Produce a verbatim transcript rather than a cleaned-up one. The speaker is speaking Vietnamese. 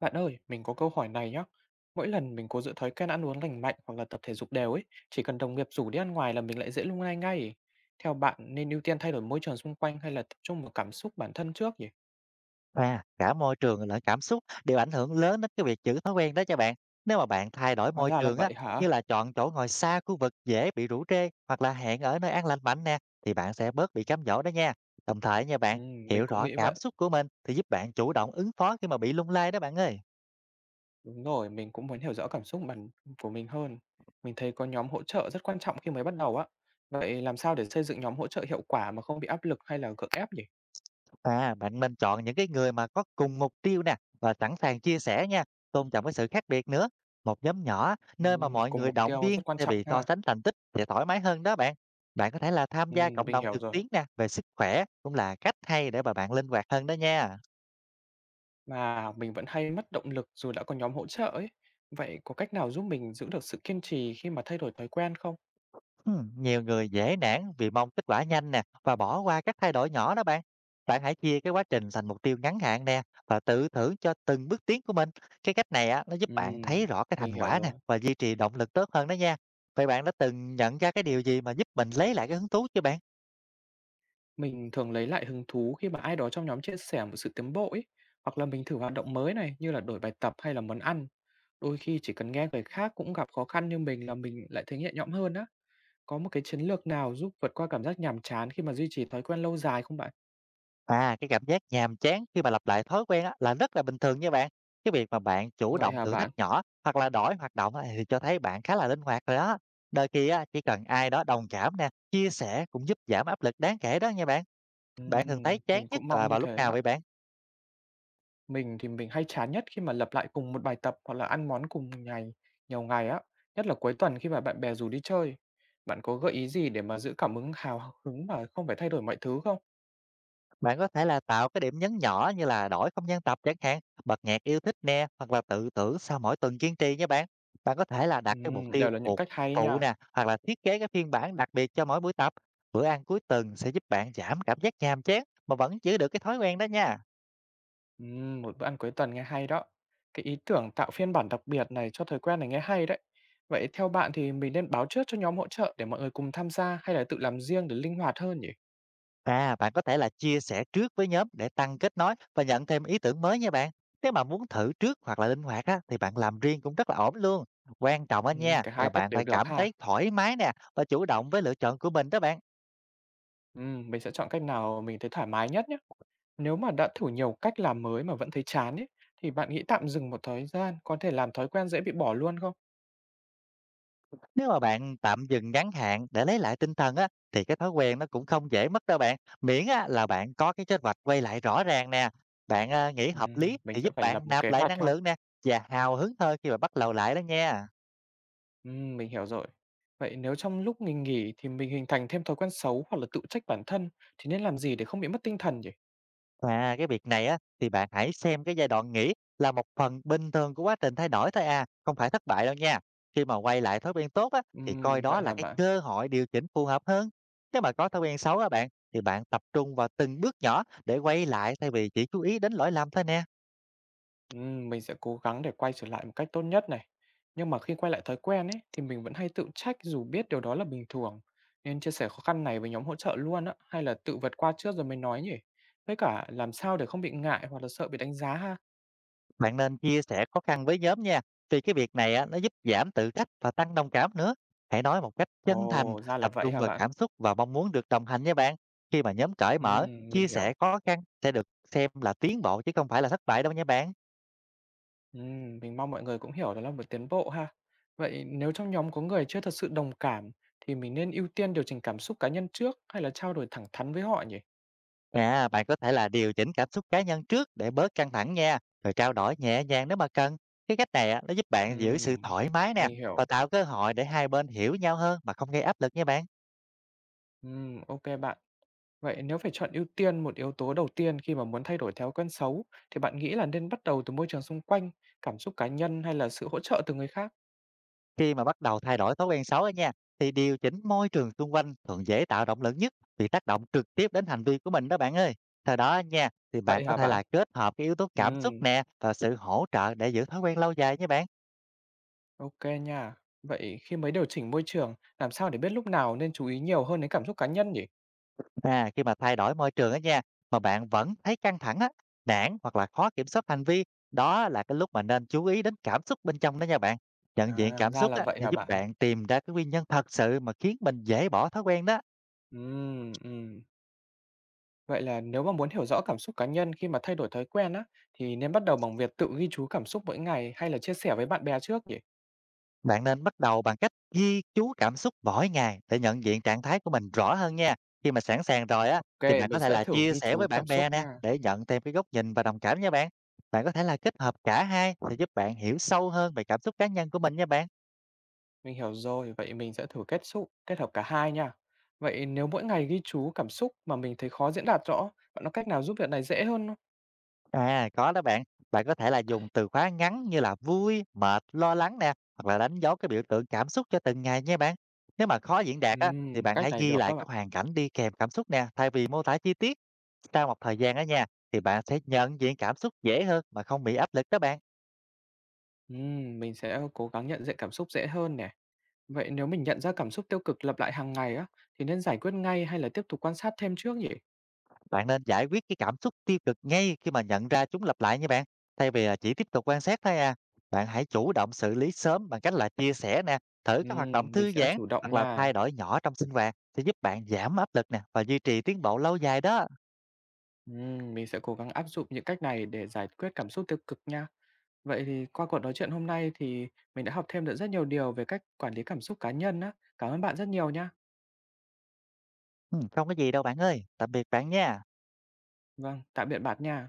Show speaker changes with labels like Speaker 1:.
Speaker 1: Bạn ơi, mình có câu hỏi này nhé. Mỗi lần mình cố giữ thói quen ăn uống lành mạnh hoặc là tập thể dục đều ấy, chỉ cần đồng nghiệp rủ đi ăn ngoài là mình lại dễ lung lay ngay. Theo bạn nên ưu tiên thay đổi môi trường xung quanh hay là tập trung vào cảm xúc bản thân trước nhỉ?
Speaker 2: À, cả môi trường lẫn cảm xúc đều ảnh hưởng lớn đến cái việc giữ thói quen đó cho bạn. Nếu mà bạn thay đổi
Speaker 1: Hóa
Speaker 2: môi
Speaker 1: ra là
Speaker 2: trường á,
Speaker 1: vậy hả?
Speaker 2: như là chọn chỗ ngồi xa khu vực dễ bị rủ rê hoặc là hẹn ở nơi an lành mạnh nè, thì bạn sẽ bớt bị cám dỗ đó nha. Đồng thời nha bạn,
Speaker 1: Ừ,
Speaker 2: hiểu
Speaker 1: mình cũng
Speaker 2: rõ
Speaker 1: nghĩ
Speaker 2: cảm
Speaker 1: vậy.
Speaker 2: xúc của mình thì giúp bạn chủ động ứng phó khi mà bị lung lay đó bạn ơi.
Speaker 1: Đúng rồi, mình cũng muốn hiểu rõ cảm xúc bản của mình hơn. Mình thấy có nhóm hỗ trợ rất quan trọng khi mới bắt đầu á. Vậy làm sao để xây dựng nhóm hỗ trợ hiệu quả mà không bị áp lực hay là gượng ép nhỉ?
Speaker 2: À, bạn nên chọn những cái người mà có cùng mục tiêu nè và sẵn sàng chia sẻ nha, tôn trọng cái sự khác biệt nữa. Một nhóm nhỏ
Speaker 1: Ừ,
Speaker 2: nơi mà mọi
Speaker 1: cùng
Speaker 2: người
Speaker 1: mục
Speaker 2: động
Speaker 1: tiêu
Speaker 2: viên
Speaker 1: rất quan
Speaker 2: thay
Speaker 1: trọng
Speaker 2: vì so
Speaker 1: ha.
Speaker 2: sánh thành tích sẽ thoải mái hơn đó bạn. Bạn có thể là tham
Speaker 1: Ừ,
Speaker 2: gia cộng
Speaker 1: mình
Speaker 2: đồng
Speaker 1: hiểu
Speaker 2: trực
Speaker 1: rồi.
Speaker 2: tuyến nè về sức khỏe cũng là cách hay để mà bạn linh hoạt hơn đó nha.
Speaker 1: Mà mình vẫn hay mất động lực dù đã có nhóm hỗ trợ ấy. Vậy có cách nào giúp mình giữ được sự kiên trì khi mà thay đổi thói quen không?
Speaker 2: Ừm, nhiều người dễ nản vì mong kết quả nhanh nè và bỏ qua các thay đổi nhỏ đó bạn. Bạn hãy chia cái quá trình thành mục tiêu ngắn hạn nè và tự thưởng cho từng bước tiến của mình. Cái cách này á nó giúp bạn
Speaker 1: Ừm,
Speaker 2: thấy rõ cái
Speaker 1: mình
Speaker 2: thành
Speaker 1: hiểu
Speaker 2: quả nè
Speaker 1: rồi.
Speaker 2: và duy trì động lực tốt hơn đó nha. Vậy bạn đã từng nhận ra cái điều gì mà giúp mình lấy lại cái hứng thú chưa bạn?
Speaker 1: Mình thường lấy lại hứng thú khi mà ai đó trong nhóm chia sẻ một sự tiến bộ ấy, hoặc là mình thử hoạt động mới này như là đổi bài tập hay là món ăn. Đôi khi chỉ cần nghe người khác cũng gặp khó khăn như mình là mình lại thấy nhẹ nhõm hơn á. Có một cái chiến lược nào giúp vượt qua cảm giác nhàm chán khi mà duy trì thói quen lâu dài không bạn?
Speaker 2: À, cái cảm giác nhàm chán khi mà lặp lại thói quen á, là rất là bình thường nha bạn. Cái việc mà bạn chủ
Speaker 1: Vậy
Speaker 2: động
Speaker 1: hả
Speaker 2: thử thách
Speaker 1: bạn?
Speaker 2: nhỏ hoặc là đổi hoạt động á, thì cho thấy bạn khá là linh hoạt rồi đó. Đôi khi á, chỉ cần ai đó đồng cảm nè, chia sẻ cũng giúp giảm áp lực đáng kể đó nha bạn. Bạn thường thấy
Speaker 1: Ừm,
Speaker 2: chán
Speaker 1: mình
Speaker 2: nhất
Speaker 1: cũng
Speaker 2: là
Speaker 1: mong như
Speaker 2: vào lúc
Speaker 1: thế
Speaker 2: nào
Speaker 1: ạ.
Speaker 2: vậy bạn?
Speaker 1: Mình thì mình hay chán nhất khi mà lặp lại cùng một bài tập hoặc là ăn món cùng ngày nhiều ngày á, nhất là cuối tuần khi mà bạn bè rủ đi chơi. Bạn có gợi ý gì để mà giữ cảm hứng hào hứng mà không phải thay đổi mọi thứ không?
Speaker 2: Bạn có thể là tạo cái điểm nhấn nhỏ như là đổi không gian tập chẳng hạn, bật nhạc yêu thích nè, hoặc là tự tưởng sau mỗi tuần kiên trì nha bạn. Bạn có thể là đặt cái mục
Speaker 1: Ừm,
Speaker 2: tiêu
Speaker 1: đều là những
Speaker 2: phục
Speaker 1: cách hay
Speaker 2: vụ
Speaker 1: nha.
Speaker 2: nè, hoặc là thiết kế cái phiên bản đặc biệt cho mỗi buổi tập. Bữa ăn cuối tuần sẽ giúp bạn giảm cảm giác nhàm chán mà vẫn giữ được cái thói quen đó nha.
Speaker 1: Ừm, một bữa ăn cuối tuần nghe hay đó. Cái ý tưởng tạo phiên bản đặc biệt này cho thói quen này nghe hay đấy. Vậy theo bạn thì mình nên báo trước cho nhóm hỗ trợ để mọi người cùng tham gia hay là tự làm riêng để linh hoạt hơn nhỉ?
Speaker 2: À, bạn có thể là chia sẻ trước với nhóm để tăng kết nối và nhận thêm ý tưởng mới nha bạn. Nếu mà muốn thử trước hoặc là linh hoạt á, thì bạn làm riêng cũng rất là ổn luôn. Quan trọng á
Speaker 1: Ừm,
Speaker 2: nha
Speaker 1: cả hai
Speaker 2: là
Speaker 1: cách
Speaker 2: bạn
Speaker 1: đều
Speaker 2: phải
Speaker 1: được
Speaker 2: cảm
Speaker 1: ha.
Speaker 2: thấy thoải mái nè và chủ động với lựa chọn của mình đó bạn.
Speaker 1: Ừm, mình sẽ chọn cách nào mình thấy thoải mái nhất nhé. Nếu mà đã thử nhiều cách làm mới mà vẫn thấy chán ấy, thì bạn nghĩ tạm dừng một thời gian có thể làm thói quen dễ bị bỏ luôn không?
Speaker 2: Nếu mà bạn tạm dừng ngắn hạn để lấy lại tinh thần á, thì cái thói quen nó cũng không dễ mất đâu bạn. Miễn á, là bạn có cái kế hoạch quay lại rõ ràng nè. Bạn à, nghĩ hợp
Speaker 1: Ừm,
Speaker 2: lý
Speaker 1: mình
Speaker 2: thì
Speaker 1: sẽ
Speaker 2: giúp
Speaker 1: phải lập
Speaker 2: bạn
Speaker 1: một
Speaker 2: nạp
Speaker 1: kế
Speaker 2: lại
Speaker 1: hoạch
Speaker 2: năng
Speaker 1: ha.
Speaker 2: lượng nè và hào hứng hơn khi mà bắt đầu lại đó nha.
Speaker 1: Ừm, mình hiểu rồi. Vậy nếu trong lúc mình nghỉ thì mình hình thành thêm thói quen xấu hoặc là tự trách bản thân thì nên làm gì để không bị mất tinh thần nhỉ?
Speaker 2: À, cái việc này á, thì bạn hãy xem cái giai đoạn nghỉ là một phần bình thường của quá trình thay đổi thôi à, không phải thất bại đâu nha. Khi mà quay lại thói quen tốt á, thì coi
Speaker 1: Ừm,
Speaker 2: đó
Speaker 1: vậy
Speaker 2: là
Speaker 1: hả
Speaker 2: cái
Speaker 1: bạn?
Speaker 2: cơ hội điều chỉnh phù hợp hơn. Nếu mà có thói quen xấu á bạn, thì bạn tập trung vào từng bước nhỏ để quay lại thay vì chỉ chú ý đến lỗi lầm thôi nè.
Speaker 1: Ừm, mình sẽ cố gắng để quay trở lại một cách tốt nhất này. Nhưng mà khi quay lại thói quen ấy thì mình vẫn hay tự trách dù biết điều đó là bình thường. Nên chia sẻ khó khăn này với nhóm hỗ trợ luôn á, hay là tự vượt qua trước rồi mới nói nhỉ? Với cả làm sao để không bị ngại hoặc là sợ bị đánh giá ha?
Speaker 2: Bạn nên chia sẻ khó khăn với nhóm nha, vì cái việc này á, nó giúp giảm tự trách và tăng đồng cảm nữa. Hãy nói một cách chân thành,
Speaker 1: Ồ, ra là
Speaker 2: tập
Speaker 1: vậy
Speaker 2: trung
Speaker 1: hả
Speaker 2: vào
Speaker 1: bạn?
Speaker 2: cảm xúc và mong muốn được đồng hành nha bạn. Khi mà nhóm cởi mở,
Speaker 1: Ừm, mình
Speaker 2: chia
Speaker 1: hiểu.
Speaker 2: sẻ khó khăn sẽ được xem là tiến bộ chứ không phải là thất bại đâu nha bạn.
Speaker 1: Ừm, mình mong mọi người cũng hiểu đó là một tiến bộ ha. Vậy nếu trong nhóm có người chưa thật sự đồng cảm thì mình nên ưu tiên điều chỉnh cảm xúc cá nhân trước hay là trao đổi thẳng thắn với họ nhỉ?
Speaker 2: À, bạn có thể là điều chỉnh cảm xúc cá nhân trước để bớt căng thẳng nha, rồi trao đổi nhẹ nhàng nếu mà cần. Cái cách này á, nó giúp bạn giữ sự
Speaker 1: Ừm,
Speaker 2: thoải mái nè
Speaker 1: mình hiểu.
Speaker 2: và tạo cơ hội để hai bên hiểu nhau hơn mà không gây áp lực nha bạn.
Speaker 1: Ừm, ok bạn. Vậy nếu phải chọn ưu tiên một yếu tố đầu tiên khi mà muốn thay đổi thói quen xấu, thì bạn nghĩ là nên bắt đầu từ môi trường xung quanh, cảm xúc cá nhân hay là sự hỗ trợ từ người khác?
Speaker 2: Khi mà bắt đầu thay đổi thói quen xấu ấy nha, thì điều chỉnh môi trường xung quanh thường dễ tạo động lực nhất vì tác động trực tiếp đến hành vi của mình đó bạn ơi. Theo đó nha, thì bạn
Speaker 1: Vậy
Speaker 2: có
Speaker 1: hả
Speaker 2: thể
Speaker 1: bạn?
Speaker 2: là kết hợp cái yếu tố cảm xúc
Speaker 1: Ừm,
Speaker 2: nè và sự hỗ trợ để giữ thói quen lâu dài nha bạn.
Speaker 1: ok nha. Vậy khi mới điều chỉnh môi trường, làm sao để biết lúc nào nên chú ý nhiều hơn đến cảm xúc cá nhân nhỉ?
Speaker 2: À, khi mà thay đổi môi trường ấy nha, mà bạn vẫn thấy căng thẳng á, nản hoặc là khó kiểm soát hành vi, đó là cái lúc mà nên chú ý đến cảm xúc bên trong đó nha bạn. Nhận diện
Speaker 1: À,
Speaker 2: cảm
Speaker 1: ra
Speaker 2: xúc
Speaker 1: là
Speaker 2: á,
Speaker 1: vậy
Speaker 2: sẽ
Speaker 1: hả
Speaker 2: giúp
Speaker 1: bạn?
Speaker 2: bạn tìm ra cái nguyên nhân thật sự mà khiến mình dễ bỏ thói quen đó.
Speaker 1: Ừm, ừm. Vậy là nếu mà muốn hiểu rõ cảm xúc cá nhân khi mà thay đổi thói quen á, thì nên bắt đầu bằng việc tự ghi chú cảm xúc mỗi ngày hay là chia sẻ với bạn bè trước nhỉ?
Speaker 2: Bạn nên bắt đầu bằng cách ghi chú cảm xúc mỗi ngày để nhận diện trạng thái của mình rõ hơn nha. Khi mà sẵn sàng rồi á,
Speaker 1: Ok,
Speaker 2: thì bạn có
Speaker 1: mình
Speaker 2: thể
Speaker 1: sẽ
Speaker 2: là
Speaker 1: thử
Speaker 2: chia
Speaker 1: ghi
Speaker 2: sẻ với
Speaker 1: chú
Speaker 2: bạn
Speaker 1: cảm
Speaker 2: bè
Speaker 1: xúc
Speaker 2: nè,
Speaker 1: nha.
Speaker 2: để nhận thêm cái góc nhìn và đồng cảm nha bạn. Bạn có thể là kết hợp cả hai sẽ giúp bạn hiểu sâu hơn về cảm xúc cá nhân của mình nha bạn.
Speaker 1: Mình hiểu rồi, vậy mình sẽ thử kết xúc kết hợp cả hai nha. Vậy nếu mỗi ngày ghi chú cảm xúc mà mình thấy khó diễn đạt rõ, bạn có cách nào giúp việc này dễ hơn không?
Speaker 2: À, có đó bạn. Bạn có thể là dùng từ khóa ngắn như là vui, mệt, lo lắng nè, hoặc là đánh dấu cái biểu tượng cảm xúc cho từng ngày nha bạn. Nếu mà khó diễn đạt á, thì
Speaker 1: Ừm,
Speaker 2: bạn
Speaker 1: cách
Speaker 2: hãy
Speaker 1: này
Speaker 2: ghi
Speaker 1: được
Speaker 2: lại
Speaker 1: đó
Speaker 2: cái
Speaker 1: bạn.
Speaker 2: hoàn cảnh đi kèm cảm xúc nè, thay vì mô tả chi tiết. Sau một thời gian á nha, thì bạn sẽ nhận diện cảm xúc dễ hơn mà không bị áp lực đó bạn.
Speaker 1: Ừm, mình sẽ cố gắng nhận diện cảm xúc dễ hơn nè. Vậy nếu mình nhận ra cảm xúc tiêu cực lặp lại hàng ngày á, thì nên giải quyết ngay hay là tiếp tục quan sát thêm trước nhỉ?
Speaker 2: Bạn nên giải quyết cái cảm xúc tiêu cực ngay khi mà nhận ra chúng lặp lại nha bạn. Thay vì là chỉ tiếp tục quan sát thôi à. Bạn hãy chủ động xử lý sớm bằng cách là chia sẻ nè, thử các hoạt động
Speaker 1: Ừm, mình
Speaker 2: thư
Speaker 1: sẽ
Speaker 2: giãn
Speaker 1: chủ
Speaker 2: hoặc
Speaker 1: động
Speaker 2: là
Speaker 1: nha.
Speaker 2: thay đổi nhỏ trong sinh hoạt sẽ giúp bạn giảm áp lực nè và duy trì tiến bộ lâu dài đó.
Speaker 1: Ừm, mình sẽ cố gắng áp dụng những cách này để giải quyết cảm xúc tiêu cực nha. Vậy thì qua cuộc nói chuyện hôm nay thì mình đã học thêm được rất nhiều điều về cách quản lý cảm xúc cá nhân á. Cảm ơn bạn rất nhiều nha.
Speaker 2: Ừ, không có gì đâu bạn ơi. Tạm biệt bạn nha.
Speaker 1: Vâng, tạm biệt bạn nha.